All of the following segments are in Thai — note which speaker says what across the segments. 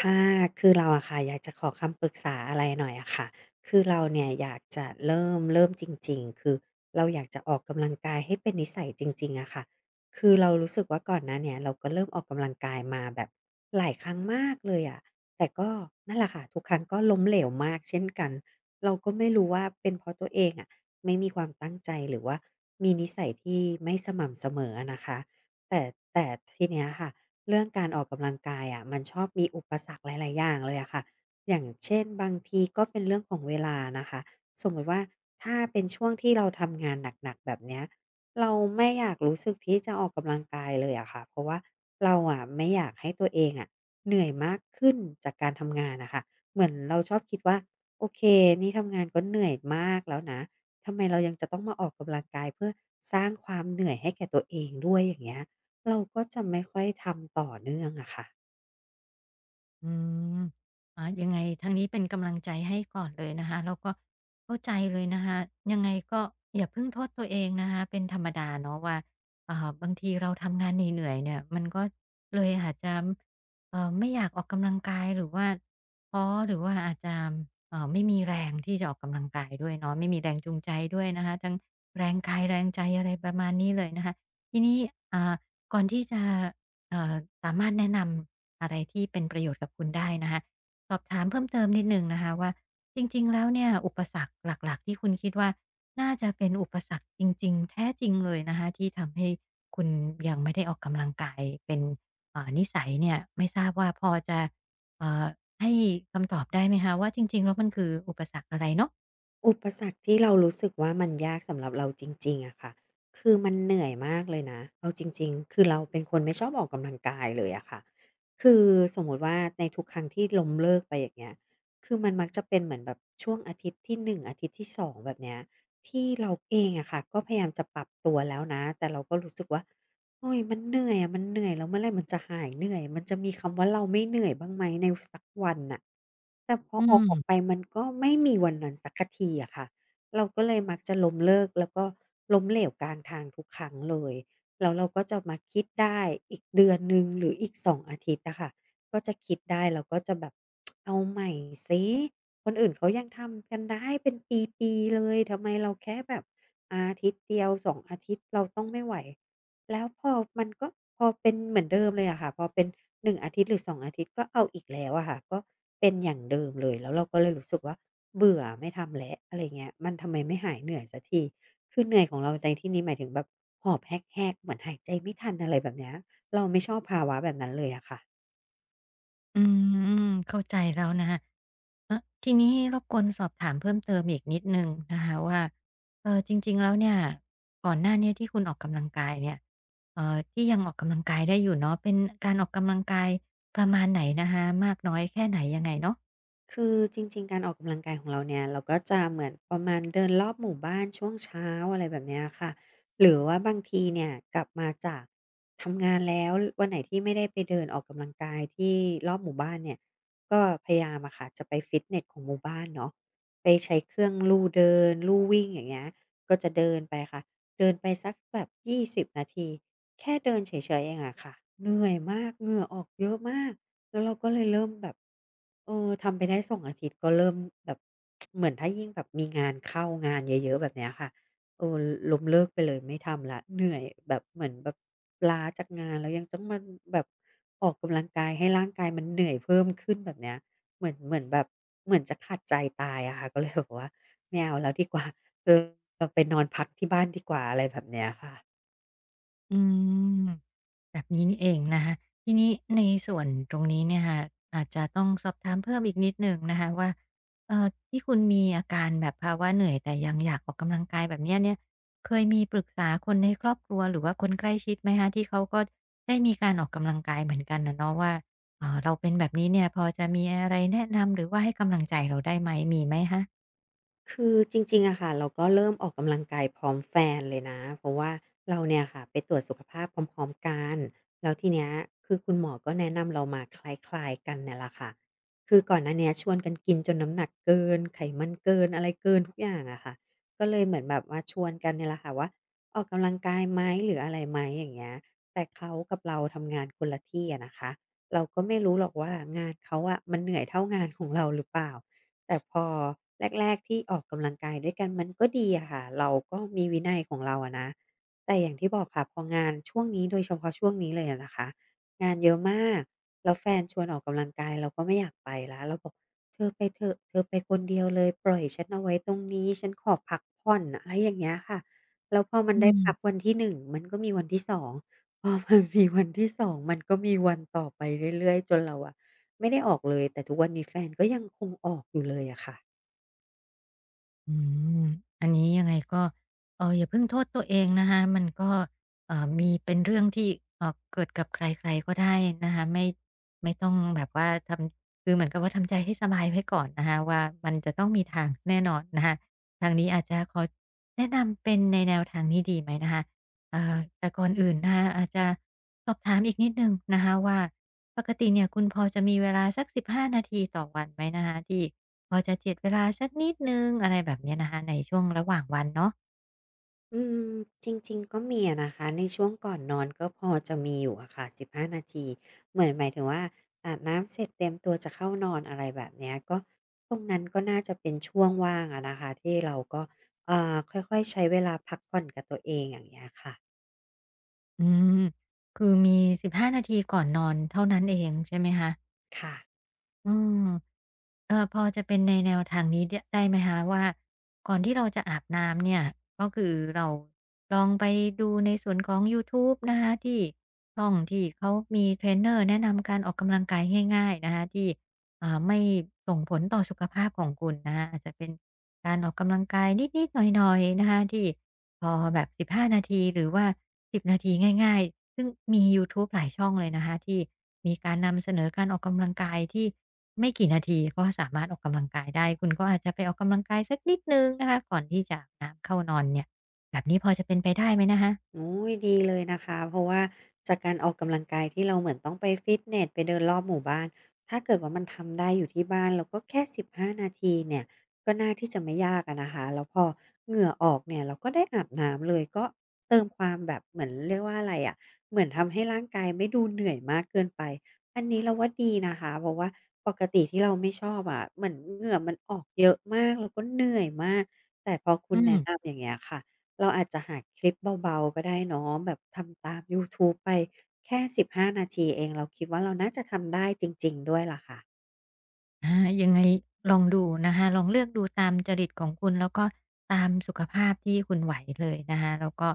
Speaker 1: ค่ะคือเราอะค่ะอยากจะขอคำปรึกษาอะไรหน่อยอะค่ะ คือเราเนี่ยอยากจะเริ่มจริงๆ คือเราอยากจะออกกำลังกายให้เป็นนิสัยจริงๆอะค่ะคือเรารู้สึกว่าก่อนหน้าเนี้ยเราก็เริ่มออกกำลังกายมาแบบหลายครั้งมากเลยอะ แต่ก็นั่นแหละค่ะ ทุกครั้งก็ล้มเหลวมากเช่นกัน เราก็ไม่รู้ว่าเป็นเพราะตัวเองอะ ไม่มีความตั้งใจหรือว่ามีนิสัยที่ไม่สม่ำเสมออะนะคะแต่แต่ทีเนี้ยค่ะ เรื่องการออกกำลังกายอะมันชอบมีอุปสรรคหลายๆอย่างเลยอะค่ะอย่างเช่นบางทีก็เป็นเรื่องของเวลานะคะสมมุติว่าถ้าเป็นช่วงที่เราทำงานหนักๆแบบเนี้ยเราไม่อยากรู้สึกที่จะออกกำลังกายเลยอะค่ะเพราะว่าเราอะไม่อยากให้ตัวเองอะเหนื่อยมากขึ้นจากการทำงานน่ะค่ะเหมือนเราชอบคิดว่าโอเคนี่ทำงานก็เหนื่อยมากแล้วนะทำไมเรายังจะต้องมาออกกำลังกายเพื่อสร้างความเหนื่อยให้แก่ตัวเองด้วยอย่างเงี้ย เราก็จะไม่ค่อยทำต่อเนื่องอะค่ะ
Speaker 2: อืมอายังไง ทางนี้ เป็นกำลังใจให้ก่อนเลยนะคะแล้วก็เข้าใจเลยนะคะยังไงก็อย่าเพิ่งโทษตัวเองนะคะเป็นธรรมดาเนาะว่าเอ่าบางทีเราทำงานเหนื่อยๆเนี่ยมันก็เลยอาจจะไม่อยากออกกำลังกายหรือว่าท้อหรือว่าอาจจะไม่มีแรงที่จะออกกำลังกายด้วยเนาะไม่มีแรงจูงใจด้วยนะคะทั้งแรงกายแรงใจอะไรประมาณนี้เลยนะคะทีนี้อ่าก่อนที่จะ เอ่อสามารถแนะนำอะไรที่เป็นประโยชน์กับคุณได้นะคะสอบถามเพิ่มเติมนิดหนึ่งนะคะว่าจริงๆแล้วเนี่ยอุปสรรคหลักๆที่คุณคิดว่าน่าจะเป็นอุปสรรคจริงๆแท้จริงเลยนะคะที่ทำให้คุณยังไม่ได้ออกกำลังกายเป็นนิสัยเนี่ยไม่ทราบว่าพอจะเอ่อให้คำตอบได้ไหมคะว่าจริงๆแล้วมันคืออุปสรรคอะไรเนาะ
Speaker 1: อุปสรรคที่เรารู้สึกว่ามันยากสำหรับเราจริงๆอะค่ะคือมันเหนื่อยมากเลยนะเอาจริงๆ คือเราเป็นคนไม่ชอบออกกำลังกายเลยอะค่ะคือสมมุติว่าในทุกครั้งที่ล้มเลิกไปอย่างเงี้ยคือมันมักจะเป็นเหมือนแบบช่วงอาทิตย์ที่หนึ่งอาทิตย์ที่สองแบบเนี้ยที่เราเองอะค่ะก็พยายามจะปรับตัวแล้วนะแต่เราก็รู้สึกว่า โอ้ยมันเหนื่อยอะมันเหนื่อยแล้วเมื่อไรมันจะหายเหนื่อยมันจะมีคำว่าเราไม่เหนื่อยบ้างไหมในสักวันน่ะแต่พอ
Speaker 2: อื
Speaker 1: ออกไป
Speaker 2: ม
Speaker 1: มันก็ไม่มีวันนั้นสักทีอะค่ะเราก็เลยมักจะล้มเลิกแล้วก็ล้มเหลวกลางทางทุกครั้งเลยแล้วเราก็จะมาคิดได้อีกเดือนหนึ่งหรืออีกสองอาทิตย์อะค่ะก็จะคิดได้แล้วก็จะแบบเอาใหม่สิคนอื่นเขายังทำกันได้เป็นปีๆเลยทำไมเราแค่แบบอาทิตย์เดียว2องอาทิตย์เราต้องไม่ไหว แล้วพอมันก็พอเป็นเหมือนเดิมเลยอะค่ะพอเป็น1อาทิตย์หรือ2องอาทิตย์ก็เอาอีกแล้วอะค่ะก็เป็นอย่างเดิมเลยแล้วเราก็เลยรู้สึกว่าเบื่อไม่ทำแล้วอะไรเงี้ยมันทำไมไม่หายเหนื่อยสักทีคือเหนื่อยของเราในที่นี้หมายถึงแบบหอบแฮกๆเหมือนหายใจไม่ทันอะไรแบบเนี้ยเราไม่ชอบภาวะแบบนั้นเลยอะค่ะ
Speaker 2: อืมเข้าใจแล้วนะคะเออทีนี้รบกวนสอบถามเพิ่มเติมอีกนิดหนึ่งนะคะว่าจริงๆแล้วเนี่ยก่อนหน้าเนี้ยที่คุณออกกำลังกายเนี่ยที่ยังออกกำลังกายได้อยู่เนาะเป็นการออกกำลังกายประมาณไหนนะคะมากน้อยแค่ไหนยังไงเนาะ
Speaker 1: คือจริงๆการออกกำลังกายของเราเนี่ยเราก็จะเหมือนประมาณเดินรอบหมู่บ้านช่วงเช้าอะไรแบบเนี้ยค่ะหรือว่าบางทีเนี่ยกลับมาจากทำงานแล้ววันไหนที่ไม่ได้ไปเดินออกกำลังกายที่รอบหมู่บ้านเนี่ยก็พยายามอะค่ะจะไปฟิตเนสของหมู่บ้านเนาะไปใช้เครื่องลู่เดินลู่วิ่งอย่างเงี้ยก็จะเดินไปค่ะเดินไปสักแบบ20 นาทีแค่เดินเฉยๆเองอะค่ะเหนื่อยมากเหงื่อออกเยอะมาก แล้วเราก็เลยเริ่มแบบเออทำไปได้2องอาทิตย์ก็เริ่มแบบ เหมือนถ้ายิ่งแบบมีงานเข้างานเยอะๆแบบเนี้ยค่ะโอ้ล้มเลิกไปเลยไม่ทำแล้วเหนื่อยแบบเหมือนแบบล้าจากงานแล้วยังต้องมาแบบออกกำลังกายให้ร่างกายมันเหนื่อยเพิ่มขึ้นแบบเนี้ยเหมือนแบบเหมือนจะขาดใจตายอะค่ะ ก็เลยบอกว่าไม่เอาแล้วดีกว่าเออเราไปนอนพักที่บ้านดีกว่าอะไรแบบเนี้ยค่ะ
Speaker 2: อืมแบบนี้นี่เองนะคะทีนี้ในส่วนตรงนี้เนี่ยค่ะอาจจะต้องสอบถามเพิ่มอีกนิดหนึ่งนะคะว่าที่คุณมีอาการแบบภาวะเหนื่อยแต่ยังอยากออกกำลังกายแบบเนี้ยเนี่ยเคยมีปรึกษาคนในครอบครัวหรือว่าคนใกล้ชิดไหมคะที่เขาก็ได้มีการออกกำลังกายเหมือนกันอะเนาะว่าอ่าเราเป็นแบบนี้เนี่ยพอจะมีอะไรแนะนำหรือว่าให้กำลังใจเราได้ไหมมีไหมคะ
Speaker 1: คือจริงๆ อะค่ะเราก็เริ่มออกกำลังกายพร้อมแฟนเลยนะเพราะว่าเราเนี่ยค่ะไปตรวจสุขภาพพร้อมๆกันแล้วทีเนี้ยคือคุณหมอก็แนะนำเรามาคล้ายๆกันเนี่ยแหละค่ะคือก่อนหน้าเนี้ยชวนกันกินจนน้ำหนักเกินไขมันเกินอะไรเกินทุกอย่างอะค่ะก็เลยเหมือนแบบว่าชวนกันเนี่ยแหละค่ะว่าออกกำลังกายไหมหรืออะไรไหมอย่างเงี้ยแต่เขากับเราทำงานคนละที่อะนะคะเราก็ไม่รู้หรอกว่างานเขาอะมันเหนื่อยเท่างานของเราหรือเปล่า แต่พอแรกๆที่ออกกำลังกายด้วยกันมันก็ดีอะค่ะเราก็มีวินัยของเราอะนะแต่อย่างที่บอกค่ะพองานช่วงนี้โดยเฉพาะช่วงนี้เลยอะนะคะงานเยอะมากแล้วแฟนชวนออกกำลังกายเราก็ไม่อยากไปแล้วเราบอกเธอไปเถอะเธอไปคนเดียวเลยปล่อยฉันเอาไว้ตรงนี้ฉันขอพักผ่อนอะไรอย่างเงี้ยค่ะแล้วพอมัน
Speaker 2: อื
Speaker 1: ได้พัก
Speaker 2: ม
Speaker 1: วันที่หนึ่งมันก็มีวันที่สองพอมันมีวันที่สองมันก็มีวันต่อไปเรื่อยๆจนเราอะ ไม่ได้ออกเลยแต่ทุกวันนี้แฟนก็ยังคงออกอยู่เลยอะค่ะ
Speaker 2: อืมอันนี้ยังไงก็เอออย่าเพิ่งโทษตัวเองนะคะมันก็มีเป็นเรื่องที่เออเกิดกับใครๆก็ได้นะคะไม่ต้องแบบว่าทำคือเหมือนกับว่าทำใจให้สบายไว้ก่อนนะคะว่ามันจะต้องมีทางแน่นอนนะคะทางนี้อาจจะขอแนะนำเป็นในแนวทางนี้ดีไหมนะคะแต่ก่อนอื่นนะคะอาจจะสอบถามอีกนิดหนึ่งนะคะว่าปกติเนี่ยคุณพอจะมีเวลาสัก15นาทีต่อวันไหมนะคะที่ พอจะจ็ดเวลาสักนิดหนึ่งอะไรแบบเนี้ยนะคะในช่วงระหว่างวันเนาะ
Speaker 1: อืมจริงๆก็มีอะนะคะในช่วงก่อนนอนก็พอจะมีอยู่อะค่ะ15นาทีเหมือนหมายถึงว่าอาบน้ำเสร็จเตรียมตัวจะเข้านอนอะไรแบบเนี้ยก็ตรงนั้นก็น่าจะเป็นช่วงว่างอะนะคะที่เราก็ค่อยๆใช้เวลาพักผ่อนกับตัวเองอย่างเงี้ยค่ะ
Speaker 2: อืมคือมี15นาทีก่อนนอนเท่านั้นเองใช่ไหมคะ
Speaker 1: ค่ะ
Speaker 2: อืมพอจะเป็นในแนวทางนี้ได้ไหมคะว่าก่อนที่เราจะอาบน้ำเนี่ยก็คือเราลองไปดูในส่วนของยูทูบนะคะที่ช่องที่เขามีเทรนเนอร์แนะนำการออกกำลังกายง่ายๆนะคะที่อ่าไม่ส่งผลต่อสุขภาพของคุณนะคะอาจจะเป็นการออกกำลังกายนิดๆหน่อยๆนะคะที่ พอแบบ15นาทีหรือว่า10นาทีง่ายๆซึ่งมียูทูบหลายช่องเลยนะคะที่มีการนำเสนอการออกกำลังกายที่ไม่กี่นาทีก็สามารถออกกำลังกายได้คุณก็อาจจะไปออกกำลังกายสักนิดหนึ่งนะคะก่อนที่จะอาบน้ำเข้านอนเนี่ยแบบนี้พอจะเป็นไปได้ไหมนะคะ
Speaker 1: โอ้ยดีเลยนะคะเพราะว่าจากการออกกำลังกายที่เราเหมือนต้องไปฟิตเนสไปเดินรอบหมู่บ้านถ้าเกิดว่ามันทำได้อยู่ที่บ้านเราก็แค่15นาทีเนี่ยก็น่าที่จะไม่ยากอะนะคะแล้วพอเหงื่อออกเนี่ยเราก็ได้อาบน้ำเลยก็เติมความแบบเหมือนเรียกว่าอะไรอะเหมือนทำให้ร่างกายไม่ดูเหนื่อยมากเกินไปอันนี้เราว่าดีนะคะเพราะว่าปกติที่เราไม่ชอบอะเหมือนเหงื่อมันออกเยอะมากแล้วก็เหนื่อยมากแต่พอคุ
Speaker 2: อื
Speaker 1: ณ
Speaker 2: ม
Speaker 1: แนะนำอย่างเงี้ยค่ะ เราอาจจะหาคลิปเบาๆก็ได้เนาะแบบทำตามยูทูบไปแค่15นาทีเองเราคิดว่าเราน่าจะทำได้จริงๆด้วยล่ะค่ะ
Speaker 2: อายังไงลองดูนะคะลองเลือกดูตามจริตของคุณแล้วก็ตามสุขภาพที่คุณไหวเลยนะคะแล้วก็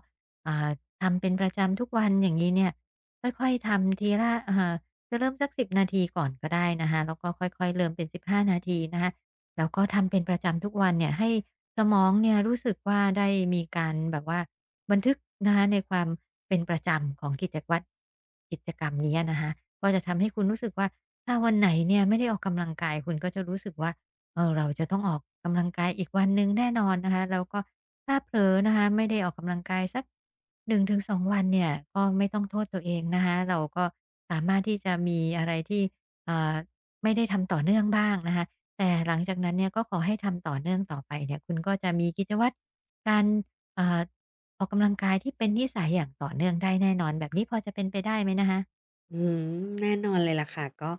Speaker 2: อ่าทำเป็นประจำทุกวันอย่างงี้เนี่ยค่อยๆทำทีละอ่าจะเริ่มสัก10นาทีก่อนก็ได้นะคะแล้วก็ค่อยๆเริ่มเป็น15นาทีนะคะแล้วก็ทำเป็นประจำทุกวันเนี่ยให้สมองเนี่ยรู้สึกว่าได้มีการแบบว่า บันทึกนะคะในความเป็นประจำของกิจวัตรกิจกรรมนี้นะคะก็จะทำให้คุณรู้สึกว่าถ้าวันไหนเนี่ยไม่ได้ออกกำลังกายคุณก็จะรู้สึกว่าเออเราจะต้องออกกำลังกายอีกวันหนึ่งแน่นอนนะคะแล้วก็ถ้าเผลอนะคะไม่ได้ออกกำลังกายสักึึงงถงสองวันเนี่ยก็ไม่ต้องโทษตัวเองนะคะเราก็สามารถที่จะมีอะไรที่อ่าไม่ได้ทำต่อเนื่องบ้างนะคะแต่หลังจากนั้นเนี่ยก็ขอให้ทำต่อเนื่องต่อไปเนี่ยคุณก็จะมีกิจวัตรการอ่า ออกกำลังกายที่เป็นนิสัยอย่างต่อเนื่องได้แน่นอนแบบนี้พอจะเป็นไปได้ไหมนะคะ
Speaker 1: อืมแน่นอนเลยล่ะค่ะก็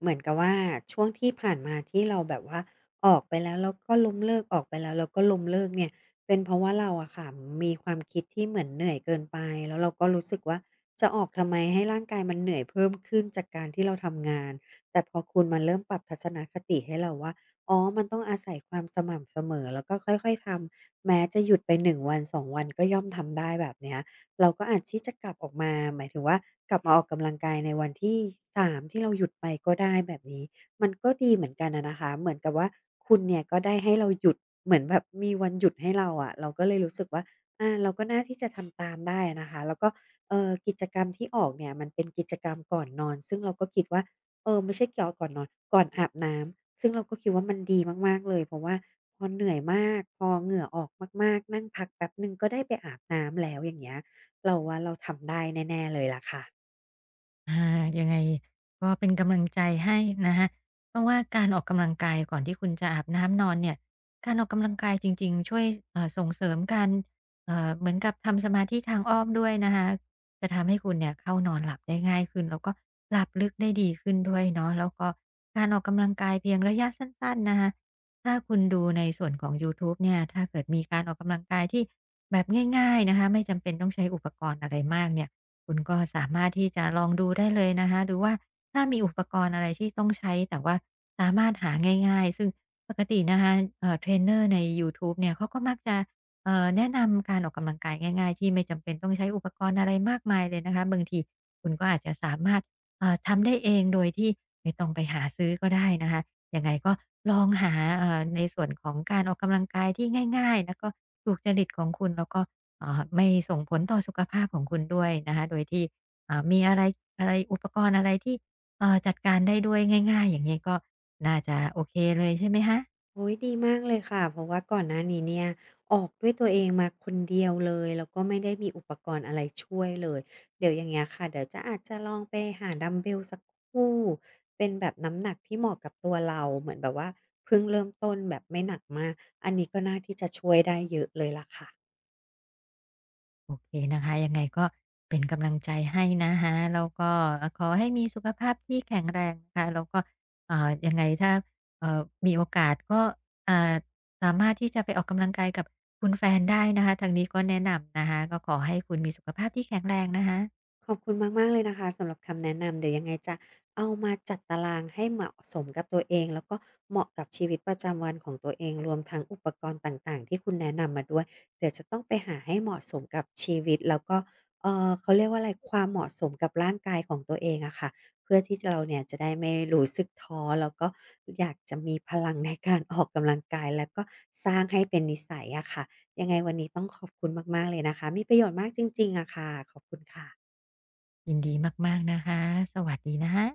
Speaker 1: เหมือนกับว่าช่วงที่ผ่านมาที่เราแบบว่าออกไปแล้วแล้วก็ล้มเลิกออกไปแล้วแล้วก็ล้มเลิกเนี่ยเป็นเพราะว่าเราอะค่ะมีความคิดที่เหมือนเหนื่อยเกินไปแล้วเราก็รู้สึกว่าจะออกทำไมให้ร่างกายมันเหนื่อยเพิ่มขึ้นจากการที่เราทำงานแต่พอคุณมาเริ่มปรับทัศนคติให้เราว่าอ๋อมันต้องอาศัยความสม่ำเสมอแล้วก็ค่อยๆทำแม้จะหยุดไป1วัน2วันก็ย่อมทำได้แบบเนี้ย เราก็อาจที่จะกลับออกมาหมายถึงว่ากลับมาออกกำลังกายในวันที่สามที่เราหยุดไปก็ได้แบบนี้มันก็ดีเหมือนกันอะนะคะเหมือนกับว่าคุณเนี่ยก็ได้ให้เราหยุดเหมือนแบบมีวันหยุดให้เราอะเราก็เลยรู้สึกว่าอาเราก็น่าที่จะทำตามได้อะนะคะแล้วก็กิจกรรมที่ออกเนี่ยมันเป็นกิจกรรมก่อนนอนซึ่งเราก็คิดว่าเออไม่ใช่เกี่ยวก่อนนอนก่อนอาบน้ำซึ่งเราก็คิดว่ามันดีมากๆเลยเพราะว่าพอเหนื่อยมากพอเหงื่อออกมากๆนั่งพักแป๊บหนึ่งก็ได้ไปอาบน้ำแล้วอย่างเงี้ย เราว่าเราทำได้แน่ๆเลยล่ะค่ะ
Speaker 2: อายังไงก็เป็นกำลังใจให้นะครัเพราะว่าการออกกำลังกายก่อนที่คุณจะอาบน้ำนอนเนี่ยการออกกำลังกายจริงๆช่วยส่งเสริมการเหมือนกับทำสมาธิทางอ้อมด้วยนะคะจะทำให้คุณเนี่ยเข้านอนหลับได้ง่ายขึ้นแล้วก็หลับลึกได้ดีขึ้นด้วยเนาะแล้วก็การออกกำลังกายเพียงระยะสั้นๆนะคะบถ้าคุณดูในส่วนของยูทูบเนี่ยถ้าเกิดมีการออกกำลังกายที่แบบง่ายๆนะคะไม่จำเป็นต้องใช้อุปกรณ์อะไรมากเนี่ย คุณก็สามารถที่จะลองดูได้เลยนะคะดูว่าถ้ามีอุปกรณ์อะไรที่ต้องใช้แต่ว่าสามารถหาง่ายๆซึ่งปกตินะคะเทรนเนอร์ในยูทูบเนี่ยเขาก็มักจะแนะนำการออกกำลังกายง่ายๆที่ไม่จำเป็นต้องใช้อุปกรณ์อะไรมากมายเลยนะคะบางทีคุณก็อาจจะสามารถทำได้เองโดยที่ไม่ต้องไปหาซื้อก็ได้นะคะยังไงก็ลองหาในส่วนของการออกกำลังกายที่ง่ายๆแล้วก็ถูกจริตของคุณแล้วก็ ไม่ส่งผลต่อสุขภาพของคุณด้วยนะคะโดยที่มีอะไรอะไรอุปกรณ์อะไรที่จัดการได้ด้วยง่ายๆอย่างนี้ก็น่าจะโอเคเลยใช่ไหมคะ
Speaker 1: โอ้ยดีมากเลยค่ะเพราะว่าก่อนหน้านี้เนี่ยออกด้วยตัวเองมาคนเดียวเลยแล้วก็ไม่ได้มีอุปกรณ์อะไรช่วยเลยเดี๋ยวอย่างเงี้ยค่ะเดี๋ยวจะอาจจะลองไปหาดัมเบลสักคู่เป็นแบบน้ำหนักที่เหมาะกับตัวเราเหมือนแบบว่าเพิ่งเริ่มต้นแบบไม่หนักมากอันนี้ก็น่าที่จะช่วยได้เยอะเลยล่ะค่ะ
Speaker 2: โอเคนะคะยังไงก็เป็นกำลังใจให้นะฮะแล้วก็ขอให้มีสุขภาพที่แข็งแรงนะคะแล้วก็เอ่ายังไงถ้าเอ่อมีโอกาสก็อ่าสามารถที่จะไปออกกำลังกายกับคุณแฟนได้นะคะทางนี้ก็แนะนำนะคะก็ขอให้คุณมีสุขภาพที่แข็งแรงนะคะ
Speaker 1: ขอบคุณมากๆเลยนะคะสำหรับคำแนะนำเดี๋ยวยังไงจะเอามาจัดตารางให้เหมาะสมกับตัวเองแล้วก็เหมาะกับชีวิตประจำวันของตัวเองรวมทั้งอุปกรณ์ต่างๆที่คุณแนะนำมาด้วยเดี๋ยวจะต้องไปหาให้เหมาะสมกับชีวิตแล้วก็เขาเรียกว่าอะไรความเหมาะสมกับร่างกายของตัวเองอะค่ะเพื่อที่จะเราเนี่ยจะได้ไม่รู้สึกท้อแล้วก็อยากจะมีพลังในการออกกำลังกายแล้วก็สร้างให้เป็นนิสัยอะค่ะยังไงวันนี้ต้องขอบคุณมากๆเลยนะคะมีประโยชน์มากจริงๆอะค่ะขอบคุณค่ะ
Speaker 2: ยินดีมากๆนะคะ สวัสดีนะคะ